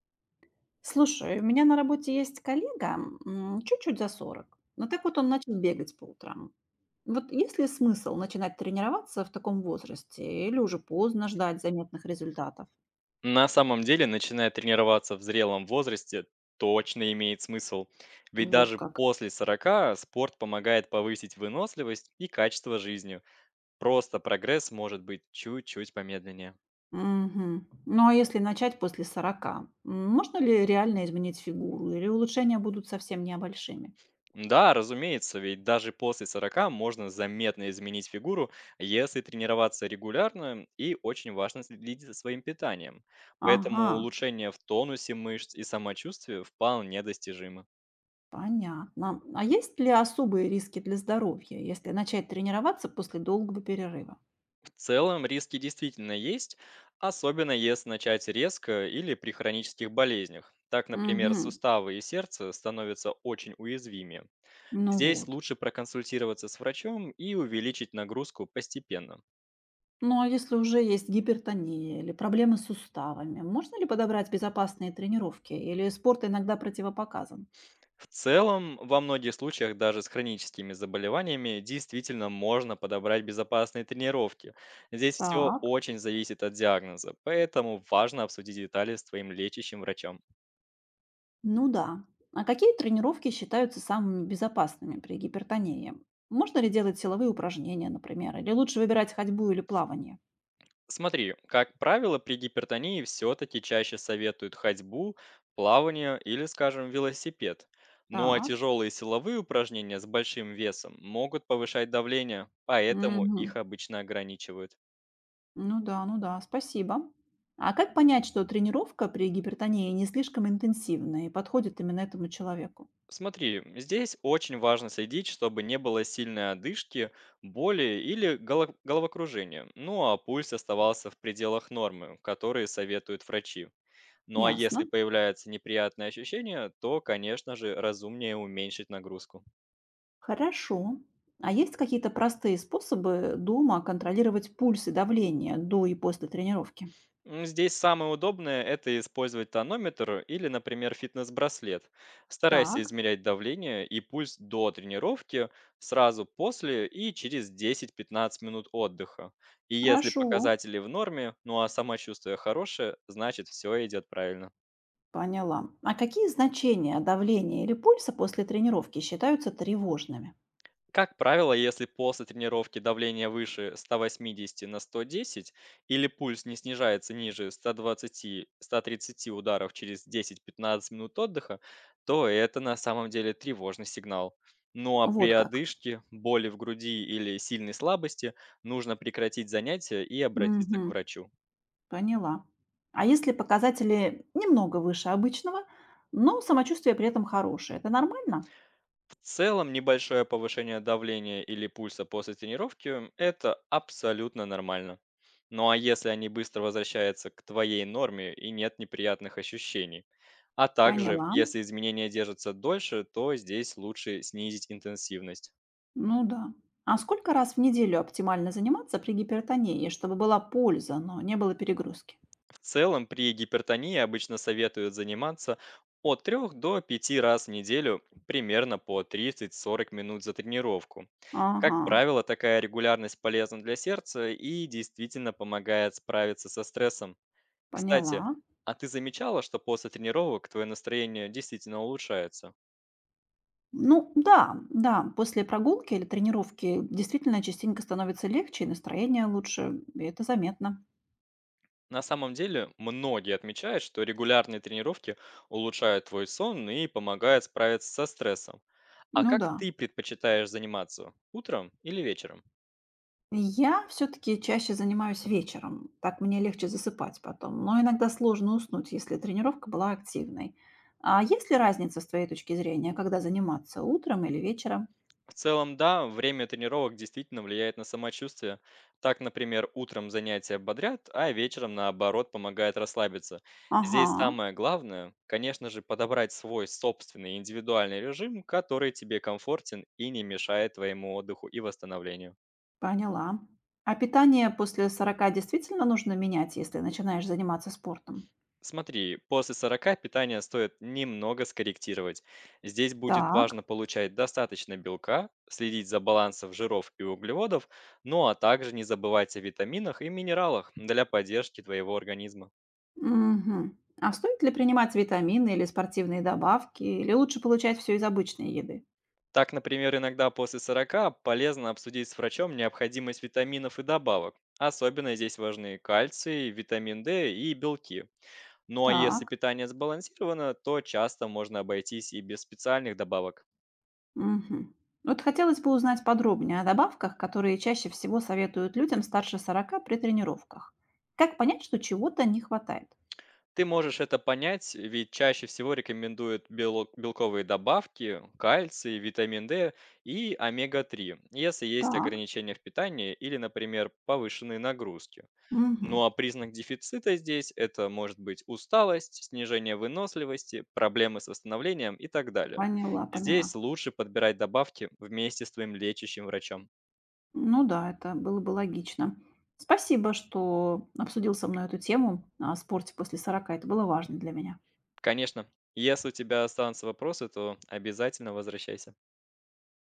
Слушай, у меня на работе есть коллега, чуть-чуть за 40. Но так вот он начал бегать по утрам. Вот есть ли смысл начинать тренироваться в таком возрасте или уже поздно ждать заметных результатов? На самом деле, начиная тренироваться в зрелом возрасте, точно имеет смысл. Ведь Вот даже как. после 40 спорт помогает повысить выносливость и качество жизни. Просто прогресс может быть чуть-чуть помедленнее. Мгм. Ну а если начать после 40, можно ли реально изменить фигуру или улучшения будут совсем небольшими? Да, разумеется, ведь даже после 40 можно заметно изменить фигуру, если тренироваться регулярно и очень важно следить за своим питанием. Ага, Поэтому улучшение в тонусе мышц и самочувствии вполне достижимо. понятно. А есть ли особые риски для здоровья, если начать тренироваться после долгого перерыва? В целом риски действительно есть, особенно если начать резко или при хронических болезнях. Так, например, Угу. суставы и сердце становятся очень уязвимы. Ну Здесь вот. лучше проконсультироваться с врачом и увеличить нагрузку постепенно. Ну а если уже есть гипертония или проблемы с суставами, можно ли подобрать безопасные тренировки или спорт иногда противопоказан? В целом, во многих случаях даже с хроническими заболеваниями действительно можно подобрать безопасные тренировки. Здесь все Так, очень зависит от диагноза, поэтому важно обсудить детали с твоим лечащим врачом. ну да. А какие тренировки считаются самыми безопасными при гипертонии? Можно ли делать силовые упражнения, например, или лучше выбирать ходьбу или плавание? Смотри, как правило, при гипертонии все-таки чаще советуют ходьбу, плавание или, скажем, велосипед. Ну а Так, тяжелые силовые упражнения с большим весом могут повышать давление, поэтому их мгм, обычно ограничивают. ну да, ну да, спасибо. А как понять, что тренировка при гипертонии не слишком интенсивная и подходит именно этому человеку? Смотри, здесь очень важно следить, чтобы не было сильной одышки, боли или головокружения. Ну а пульс оставался в пределах нормы, которые советуют врачи. Ну, а если Ясно. появляется неприятное ощущение, то, конечно же, разумнее уменьшить нагрузку. Хорошо. А есть какие-то простые способы дома контролировать пульс и давление до и после тренировки? Здесь самое удобное — это использовать тонометр или, например, фитнес-браслет. Старайся Так, измерять давление и пульс до тренировки, сразу после и через 10-15 минут отдыха. И если хорошо, показатели в норме, ну а самочувствие хорошее, значит все идет правильно. поняла. А какие значения давления или пульса после тренировки считаются тревожными? Как правило, если после тренировки давление выше 180 на 110 или пульс не снижается ниже 120-130 ударов через 10-15 минут отдыха, то это на самом деле тревожный сигнал. Ну а при Вот как. одышке, боли в груди или сильной слабости нужно прекратить занятия и обратиться к Мгм, врачу. поняла. А если показатели немного выше обычного, но самочувствие при этом хорошее, это нормально? В целом, небольшое повышение давления или пульса после тренировки — это абсолютно нормально. Ну а если они быстро возвращаются к твоей норме и нет неприятных ощущений? А также, Поняла. если изменения держатся дольше, то здесь лучше снизить интенсивность. Ну да. А сколько раз в неделю оптимально заниматься при гипертонии, чтобы была польза, но не было перегрузки? В целом, при гипертонии обычно советуют заниматься от 3 до 5 раз в неделю, примерно по 30-40 минут за тренировку. Как Ага, правило, такая регулярность полезна для сердца и действительно помогает справиться со стрессом. Кстати, поняла. а ты замечала, что после тренировок твое настроение действительно улучшается? Ну да, да, после прогулки или тренировки действительно частенько становится легче, и настроение лучше, и это заметно. На самом деле, многие отмечают, что регулярные тренировки улучшают твой сон и помогают справиться со стрессом. А Ну как да. ты предпочитаешь заниматься? Утром или вечером? Я все-таки чаще занимаюсь вечером, так мне легче засыпать потом, но иногда сложно уснуть, если тренировка была активной. А есть ли разница с твоей точки зрения, когда заниматься, утром или вечером? В целом, да, время тренировок действительно влияет на самочувствие. Так, например, утром занятия бодрят, а вечером, наоборот, помогает расслабиться. Здесь Ага, самое главное, конечно же, подобрать свой собственный индивидуальный режим, который тебе комфортен и не мешает твоему отдыху и восстановлению. поняла. А питание после 40 действительно нужно менять, если начинаешь заниматься спортом? Смотри, после 40 питание стоит немного скорректировать. Здесь будет Так. важно получать достаточно белка, следить за балансом жиров и углеводов, ну а также не забывать о витаминах и минералах для поддержки твоего организма. Мгм. А стоит ли принимать витамины или спортивные добавки, или лучше получать все из обычной еды? Так, например, иногда после 40 полезно обсудить с врачом необходимость витаминов и добавок. Особенно здесь важны кальций, витамин D и белки. Ну а если Так. питание сбалансировано, то часто можно обойтись и без специальных добавок. Мгм. Вот хотелось бы узнать подробнее о добавках, которые чаще всего советуют людям старше 40 при тренировках. Как понять, что чего-то не хватает? Ты можешь это понять, ведь чаще всего рекомендуют белковые добавки, кальций, витамин D и омега-3, если есть Так. ограничения в питании или, например, повышенные нагрузки. Мгм. Ну а признак дефицита здесь — это может быть усталость, снижение выносливости, проблемы с восстановлением и так далее. Поняла, поняла. Здесь лучше подбирать добавки вместе с твоим лечащим врачом. Ну да, это было бы логично. Спасибо, что обсудил со мной эту тему о спорте после 40. Это было важно для меня. Конечно, если у тебя останутся вопросы, то обязательно возвращайся.